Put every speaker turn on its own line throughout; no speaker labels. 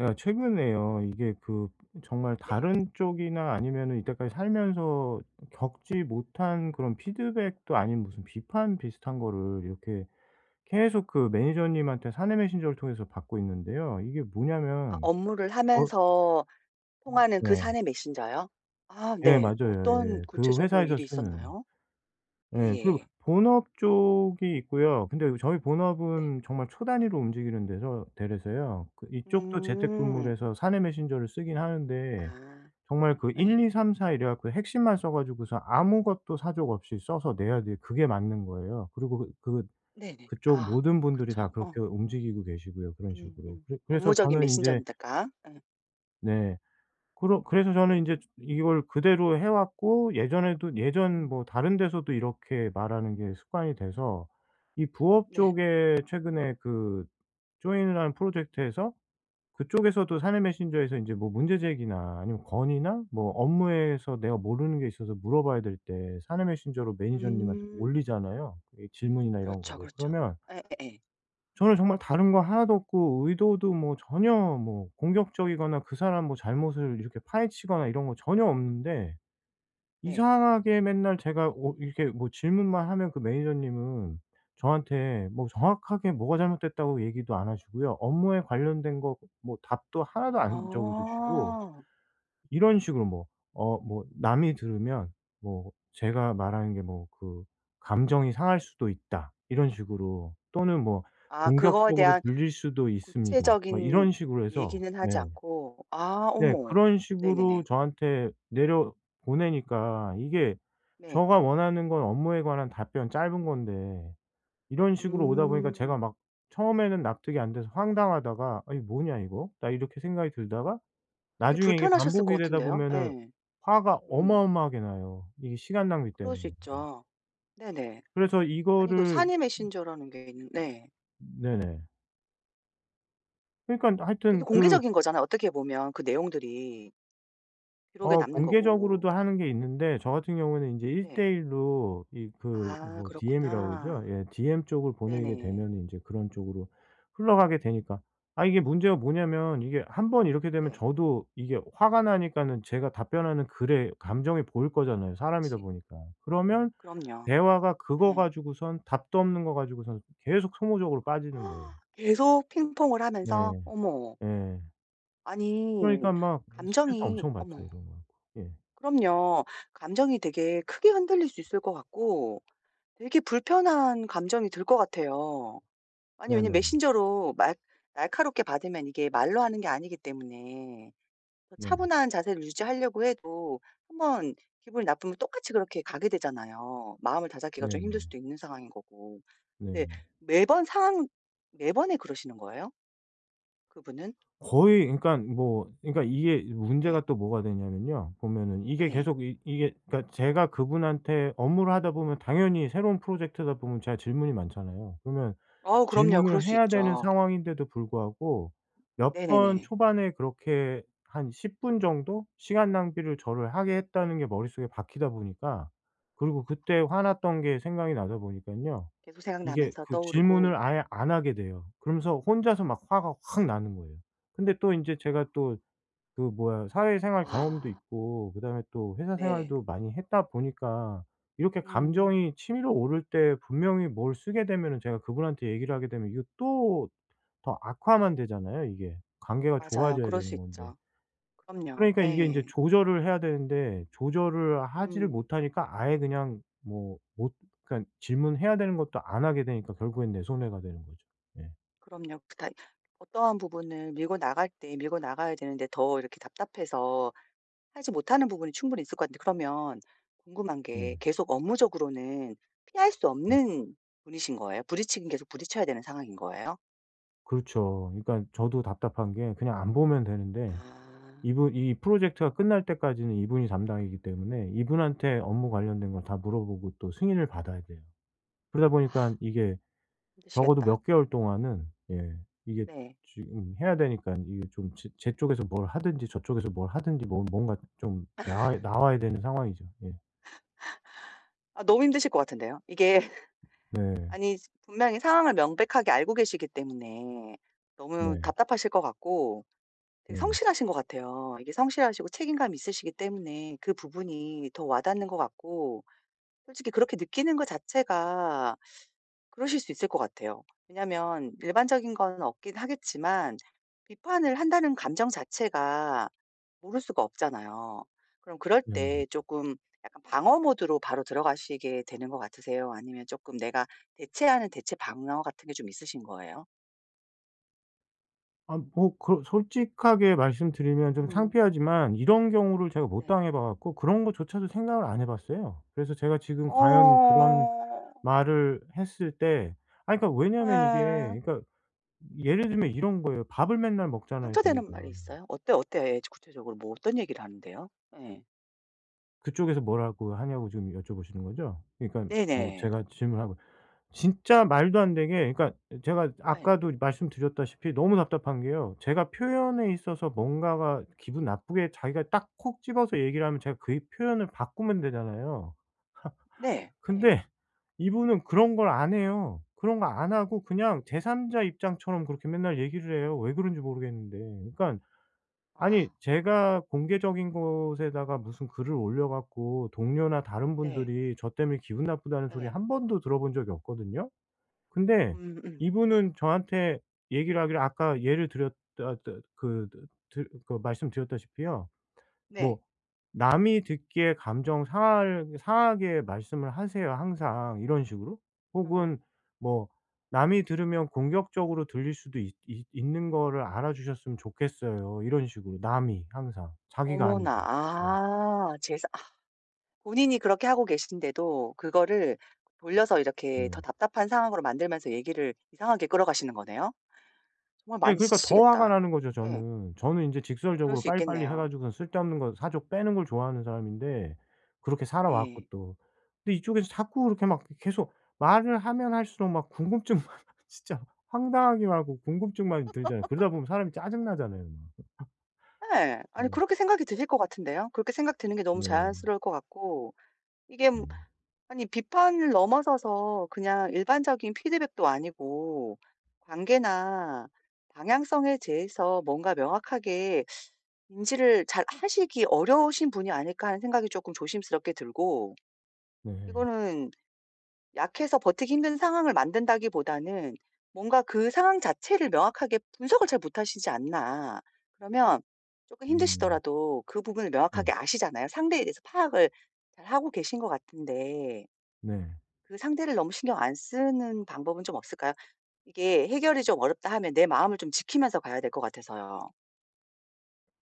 예 최근에요. 이게 그 정말
네.
다른 쪽이나 아니면은 이때까지 살면서 겪지 못한 그런 피드백도 아닌 무슨 비판 비슷한 거를 이렇게 계속 그 매니저님한테 사내 메신저를 통해서 받고 있는데요. 이게
아,
뭐냐면
업무를
어
하면서 통하는 그
네.
사내 메신저요? 아,
예
네.
맞아요.
어떤
예. 그
구체적으로
회사에서
일이
쓰는.
있었나요?
예. 그
예예.
본업 쪽이 있고요. 근데 저희
네.
본업은 정말 초단위로 움직이는 데서 데라서요. 그 이쪽도 재택근무를
음.
해서 사내 메신저를 쓰긴 하는데
아.
정말 그 1,
예.
2, 3, 4 이래 갖고 핵심만 써 가지고서 아무것도 사족 없이 써서 내야 돼 그게 맞는 거예요. 그리고 그
네네.
그쪽
아,
모든 분들이 다
그쵸.
그렇게
어.
움직이고 계시고요, 그런 식으로. 그래 그래서
업무적인
저는 인제
메신저니까. 예.
네. 그러 그래서 저는 인제 이걸 그대로 해 왔고 예전에도 예전
음.
뭐 다른 데서도 이렇게 말하는 게 습관이 돼서 이 부업
네.
쪽에 최근에 그 조인이라는 프로젝트에서 그쪽에서도 사내 메신저에서 인제 뭐 문제 제기나 아니면 건의나 뭐 업무에서 내가 모르는 게 있어서 물어봐야 될 때 사내 메신저로 매니저님한테 뭐
음.
올리잖아요, 이 질문이나 이런
그렇죠,
거를.
그렇죠.
그러면
예예예.
저는 정말 다른 거 하나도 없고 의도도 뭐 전혀 뭐 공격적이거나 그 사람 뭐 잘못을 이렇게 파헤치거나 이런 거 전혀 없는데
네.
이상하게 맨날 제가 오 이렇게 뭐 질문만 하면 그 매니저님은 저한테 뭐 정확하게 뭐가
예.
잘못됐다고 얘기도 안 하시고요. 업무에 관련된 거 뭐 답도 하나도 안 적어 주시고
아.
이런 식으로 뭐 어 뭐 남이 들으면 뭐 제가 말하는 게 뭐 그 "감정이 상할 수도 있다." 이런 식으로 또는 뭐
아, 그거에
"공격적으로
대한
들릴 수도 있습니다." 뭐
구체적인
이런 식으로 해서
얘기는 하지
네.
않고. 아,
네.
어머.
그런 식으로
네네네.
저한테 내려 보내니까 이게
네.
제가 원하는 건 업무에 관한 답변 짧은 건데 이런 식으로 오다 보니까 제가
음.
막 처음에는 납득이 안 돼서 황당하다가 '아니 뭐냐 이거?' 나 이렇게 생각이 들다가
되게
나중에 이게
불편하셨을 것
반복이 되다
같은데요.
보면은
예.
화가
음.
어마어마하게 나요, 이게 시간 낭비
그럴
때문에.
수
예.
있죠. 네네.
그래서
아니, 그사
이거를
이 메신저라는 게 있는. 네.
네네. 그러니깐
그, 되게
하여튼 그
공개적인 거잖아요, 어떻게 보면. 그 내용들이 기록에
어
남는 거고.
공개적으로도 하는 게 있는데 저 같은 경우에는 인제 1대
네.
1 로 이 그
아,
뭐 DM이라고
그렇구나.
그러죠? 예. DM 쪽을 보내게
네네.
되면 인제 그런 쪽으로 흘러가게 되니까. 아 이게 문제가 뭐냐면 이게 한번 이렇게 되면
네.
저도 이게 화가 나니까는 제가 답변하는 글에 감정이 보일 거잖아요, 사람이다
그치.
보니까. 그러면
그럼요.
대화가 그거
네.
가지고선 답도 없는 거 가지고선 계속 소모적으로 빠지는 거예요.
계속 핑퐁을 하면서.
네.
어머.
예.
아니,
그러니까 막 스트레스
감정이.
엄청 받죠,
어머.
이런 거 갖고. 예.
그럼요. 감정이 되게 크게 흔들릴 수 있을 것 같고, 되게 불편한 감정이 들 것 같아요. 아니, 왜냐면
네네.
메신저로 말 날카롭게 받으면, 이게 말로 하는 게 아니기 때문에 더
네.
차분한 자세를 유지하려고 해도, 한번 기분이 나쁘면 똑같이 그렇게 가게 되잖아요. 마음을 다잡기가 좀 힘들 수도
네네.
있는 상황인 거고.
네.
근데 매번 상황 매번에 그러시는 거예요? 그분은?
거의 그러니까 뭐 그러니까 이게
네.
문제가 또 뭐가 되냐면요. 보면은 이게
네.
계속 이 이게 그러니까 제가 그분한테 업무를 하다 보면 당연히 새로운 프로젝트다 보면 제가 질문이 많잖아요. 그러면
어, 그럼요.
질문을
그럴 수
해야 되는
있죠.
상황인데도 불구하고 몇 번
네네네.
초반에 그렇게 한 10분 정도 시간 낭비를 저를 하게 했다는 게 머릿속에 박히다 보니까 그리고 그때 화났던 게 생각이 나다 보니깐요.
계속
이게
생각나면서
그
떠오르고.
질문을 아예 안 하게 돼요. 그러면서 혼자서 막 화가 확 나는 거예요. 근데 또 인제 제가 또 그 뭐야 사회생활 경험도
아,
있고 그다음에 또 회사
네.
생활도 많이 했다 보니까 이렇게
음,
감정이 치밀어 오를 때 분명히 뭘 쓰게 되면은 제가 그분한테 얘기를 하게 되면 이거 또 더 악화만 되잖아요 이게. 관계가
맞아요.
좋아져야
그럴 수
되는 건데.
있죠. 그럼요.
그러니까 이게 인제
예.
조절을 해야 되는데 조절을 하지를
음,
못하니까 아예 그냥 뭐 못 그러니까 질문해야 되는 것도 안 하게 되니까 결국엔 내 손해가 되는 거죠. 예.
그럼요. 그 다 어떠한 부분을 밀고 나갈 때 밀고 나가야 되는데, 더 이렇게 답답해서 하지 못하는 부분이 충분히 있을 것 같은데. 그러면 궁금한
네.
게,
네.
계속 업무적으로는 피할 수 없는 분이신 거예요? 부딪히긴 계속 부딪혀야 되는 상황인 거예요?
그렇죠. 그러니까 저도 답답한 게 그냥 안 보면 되는데
아.
이분 이 프로젝트가 끝날 때까지는 이분이 담당이기 때문에 이분한테 업무 관련된 걸 다 물어보고 또 승인을 받아야 돼요. 그러다 보니까
아,
이게 적어도
힘드시겠다.
몇 개월 동안은 예 이게
네.
지금 해야 되니까 이게 좀 제 쪽에서 뭘 하든지 저쪽에서 뭘 하든지 뭐 뭔가 좀 나와야 되는 상황이죠. 예.
아, 너무 힘드실 것 같은데요, 이게.
네.
아니, 분명히 상황을 명백하게 알고 계시기 때문에 너무
네.
답답하실 것 같고. 되게
네.
성실하신 것 같아요. 이게 성실하시고 책임감이 있으시기 때문에 그 부분이 더 와닿는 것 같고. 솔직히 그렇게 느끼는 것 자체가 그러실 수 있을 것 같아요. 왜냐하면 일반적인 건 없긴 하겠지만, 비판을 한다는 감정 자체가 모를 수가 없잖아요. 그럼 그럴
네네.
때 조금 약간 방어 모드로 바로 들어가시게 되는 것 같으세요? 아니면 조금 내가 대체 방어 같은 게 좀 있으신 거예요?
아 뭐 그 솔직하게 말씀드리면 좀
음.
창피하지만 이런 경우를 제가 못
네.
당해 봐 갖고 그런 것조차도 생각을 안 해 봤어요. 그래서 제가 지금 과연 그런
어.
말을 했을 때 아니 그러니까 왜냐하면
예.
이게 그러니까 예를 들면 이런 거예요. 밥을 맨날 먹잖아요 저희가.
상처되는 말이 있어요? 어때, 어때요? 예, 구체적으로 뭐 어떤 얘기를 하는데요? 예.
그쪽에서 뭐라고 하냐고 지금 여쭤보시는 거죠? 그러니까 뭐
네네.
제가 질문하고 진짜 말도 안 되게 그러니까 제가
예.
아까도 말씀드렸다시피 너무 답답한 게요. 제가 표현에 있어서 뭔가가 기분 나쁘게 자기가 딱 콕 집어서 얘기를 하면 제가 그 표현을 바꾸면 되잖아요.
네. 예.
근데 이분은 그런 걸 안 해요. 그런 거 안 하고 그냥 제3자 입장처럼 그렇게 맨날 얘기를 해요. 왜 그런지 모르겠는데. 그러니까
아,
아니 제가 공개적인 곳에다가 무슨 글을 올려 갖고 동료나 다른
네.
분들이 저 때문에 기분 나쁘다는 소리
예.
한 번도 들어본 적이 없거든요. 근데
음음.
이분은 저한테 얘기를 하기를 아까 예를 드렸다 드 그 드 드 그 말씀드렸다시피요.
네.
뭐 "남이 듣기에 감정 상할 상하게 말씀을 하세요, 항상." 이런 식으로.
어.
혹은 뭐 "남이 들으면 공격적으로 들릴 수도 있 있 있는 거를 알아 주셨으면 좋겠어요." 이런 식으로 남이 항상 자기가
어머나.
아니고. 네.
아 제사 아 본인이 그렇게 하고 계신데도 그거를 돌려서 이렇게
네.
더 답답한 상황으로 만들면서 얘기를 이상하게 끌어가시는 거네요? 정말
예
많이
그러니까 더 화가
지치시겠다.
나는 거죠
예.
저는. 저는 인제
그럴
직설적으로
수
빨리빨리 해
있겠네요.
가지고선 쓸데없는 거 사족 빼는 걸 좋아하는 사람인데 그렇게 살아왔고
네.
또. 근데 이쪽에서 자꾸 그렇게 막 계속 말을 하면 할수록 막 궁금증만 진짜 황당하기만 하고 궁금증만 들잖아요. 그러다 보면 사람이 짜증 나잖아요 막.
예. 아니,
네.
그렇게 생각이 드실 것 같은데요. 그렇게 생각 드는 게 너무
네.
자연스러울 것 같고. 이게,
네.
아니, 비판을 넘어서서 그냥 일반적인 피드백도 아니고 관계나 방향성에 대해서 뭔가 명확하게 인지를 잘 하시기 어려우신 분이 아닐까 하는 생각이 조금 조심스럽게 들고.
네.
이거는 약해서 버티기 힘든 상황을 만든다기보다는 뭔가 그 상황 자체를 명확하게 분석을 잘 못하시지 않나. 그러면 조금
음.
힘드시더라도, 그 부분을
네.
명확하게 아시잖아요, 상대에 대해서. 파악을 잘하고 계신 것 같은데,
네.
그 상대를 너무 신경 안 쓰는 방법은 좀 없을까요? 이게 해결이 좀 어렵다 하면 내 마음을 좀 지키면서 가야 될 것 같아서요.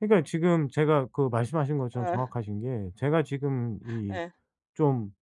그러니까 지금 제가 그 말씀하신 것처럼
예.
정확하신 게 제가 지금 이
예.
좀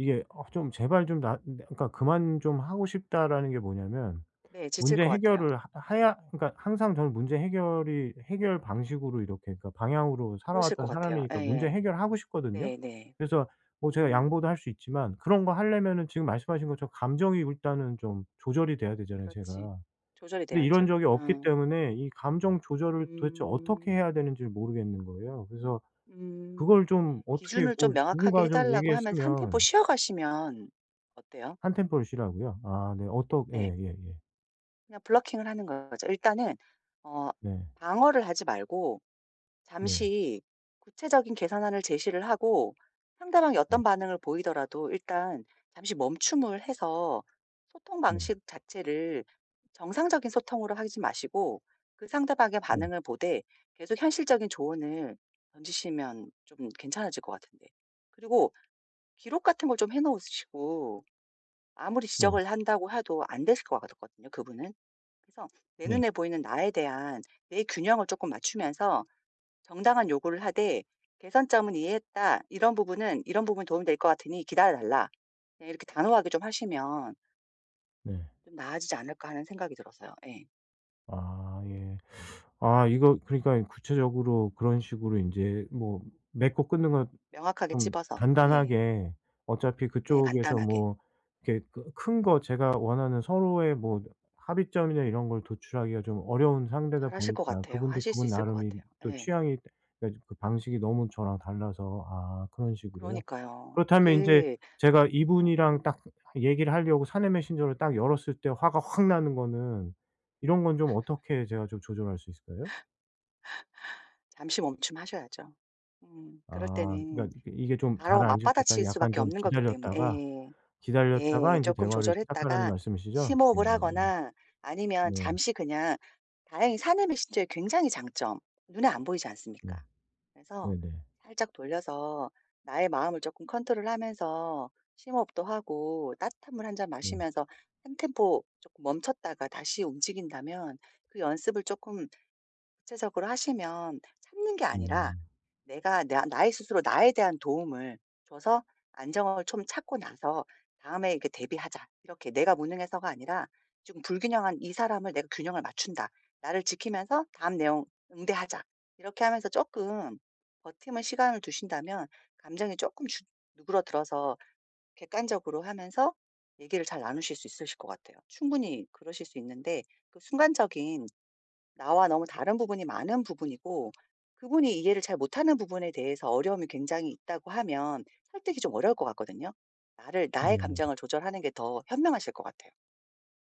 이게 어 좀 제발 좀 나 그러니까 '그만 좀 하고 싶다.'라는 게 뭐냐면
네. 지칠
문제
것 같아요.
해결을 하
예.
해야 그러니까 항상 저는 문제 해결이 해결 방식으로 이렇게 그러니까 방향으로
그러실 것
살아왔던
같아요.
사람이니까 문제
예예.
해결하고 싶거든요.
네네.
그래서 뭐 제가
음.
양보도 할 수 있지만 그런 거 하려면은 지금 말씀하신 것처럼 감정이 일단은 좀 조절이 돼야 되잖아요
그렇지.
제가.
조절이
근데 이런
돼야죠.
적이 없기
어.
때문에 이 감정 조절을 도대체 어떻게
음.
해야 되는지를 모르겠는 거예요. 그래서
음.
그걸 좀 어떻게
기준을
뭐
좀 명확하게
누군가
해
좀
달라고 하면서 한 템포
얘기했으면
쉬어가시면 어때요?
한 템포를 쉬라고요? 아 네. 어떠
네.
예예예.
그냥 블러킹을 하는 거죠, 일단은. 어,
네.
방어를 하지 말고,
네.
잠시 구체적인 계산안을 제시를 하고, 상대방이
네.
어떤 반응을 보이더라도 일단 잠시 멈춤을 해서, 소통
네.
방식 자체를 정상적인 소통으로 하지 마시고, 그 상대방의
네.
반응을 보되, 계속 현실적인 조언을 던지시면 좀 괜찮아질 것 같은데. 그리고 기록 같은 걸 좀 해 놓으시고. 아무리
네.
지적을 한다고 해도 안 되실 것 같거든요, 그분은. 그래서 내
네.
눈에 보이는 나에 대한 내 균형을 조금 맞추면서 정당한 요구를 하되, "개선점은 이해했다. 이런 부분은 이런 부분이 도움될 것 같으니 기다려 달라." 그냥 이렇게 단호하게 좀 하시면
네.
좀 나아지지 않을까 하는 생각이 들어서요. 예.
아 예. 아 이거 그러니까 구체적으로 그런 식으로 인제 뭐 맺고 끊는 건
명확하게
좀
찝어서. 예.
간단하게 어차피
네,
그쪽에서
간단하게.
뭐 이렇게 그 큰 거 제가 원하는 서로의 뭐 합의점이나 이런 걸 도출하기가 좀 어려운 상대다
잘하실 것
보니까
같아요.
그분도
하실 수
그분
있을 것
나름의
같아요.
또
예.
취향이 그러니까 그 방식이 너무 저랑 달라서 아 그런 식으로요?
그러니까요.
그렇다면 인제
그게.
제가
어.
이분이랑
음.
딱 얘기를 하려고 사내 메신저를 딱 열었을 때 화가 확 나는 거는 이런 건 좀 어떻게 제가 좀 조절할 수 있을까요?
잠시 멈춤하셔야죠. 음. 그럴
아
때는
그러니까 이게 좀
바로
가라앉을 때까지
맞받아칠
약간
수밖에
좀
없는 거기 때문에.
기다렸다가
예.
기다렸다가
예.
인제
조금
대화를 시작하라는
조절했다가
말씀이시죠?
심호흡을 하거나 아니면
네네네.
잠시 그냥, 다행히 사내 메신저의 굉장히 장점, 눈에 안 보이지
네.
않습니까?
네.
그래서
네네. 네.
살짝 돌려서 나의 마음을 조금 컨트롤하면서 심호흡도 하고 따뜻한 물 한잔
네.
마시면서 한 템포 조금 멈췄다가 다시 움직인다면, 그 연습을 조금 구체적으로 하시면 참는 게 아니라
음.
내가 나 나의 스스로 나에 대한 도움을 줘서 안정을 좀 찾고 나서 다음에 이렇게 대비하자, 이렇게. 내가 무능해서가 아니라 지금 불균형한 이 사람을 내가 균형을 맞춘다. 나를 지키면서 다음 내용 응대하자. 이렇게 하면서 조금 버티면, 시간을 두신다면 감정이 조금 주 누그러들어서 객관적으로 하면서 얘기를 잘 나누실 수 있으실 것 같아요. 충분히 그러실 수 있는데, 그 순간적인 나와 너무 다른 부분이 많은 부분이고, 그분이 이해를 잘 못하는 부분에 대해서 어려움이 굉장히 있다고 하면 설득이 좀 어려울 것 같거든요. 나를, 나의
네.
감정을 조절하는 게 더 현명하실 것 같아요.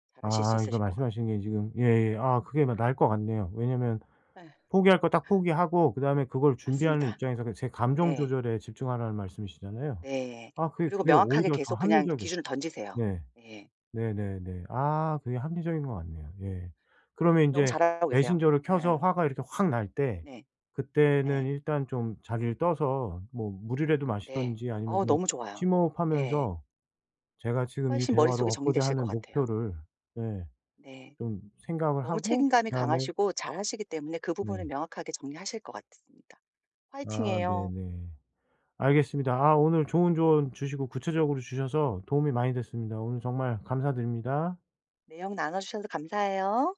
잘하실
아
수
그러니까
있으실 것 같고.
말씀하신 게 지금 예예. 아 그게 막 나을 것 같네요. 왜냐면
네,
포기할 거 딱 포기하고 그다음에 그걸 준비하는
맞습니다.
입장에서 그 제 감정
네.
조절에 집중하라는 말씀이시잖아요.
네.
아 그게
그리고
그게
명확하게
오히려 더
계속 그냥
합리적이
기준을 던지세요.
네.
네,
네네네. 아 그게 합리적인 것 같네요. 예. 그러면
너무
인제
잘하고 계세요.
메신저를 켜서
네,
화가 이렇게 확 날 때
네. 예.
그때는
네.
일단 좀 자리를 떠서 뭐 물이라도
네.
마시든지 아니면
어우,
좀
너무 좋아요. 네.
심호흡하면서 제가 지금 이
훨씬
대화로
머릿속이
얻고자
정리되실 것
하는
같아요.
목표를 예
네.
좀 생각을
너무
하고
책임감이
그다음에
강하시고 잘하시기 때문에 그 부분
네.
을 명확하게 정리하실 것 같습니다.
아
화이팅이에요.
네네. 알겠습니다. 아 오늘 좋은 조언 주시고 구체적으로 주셔서 도움이 많이 됐습니다. 오늘 정말 감사드립니다.
내용 나눠주셔서 감사해요.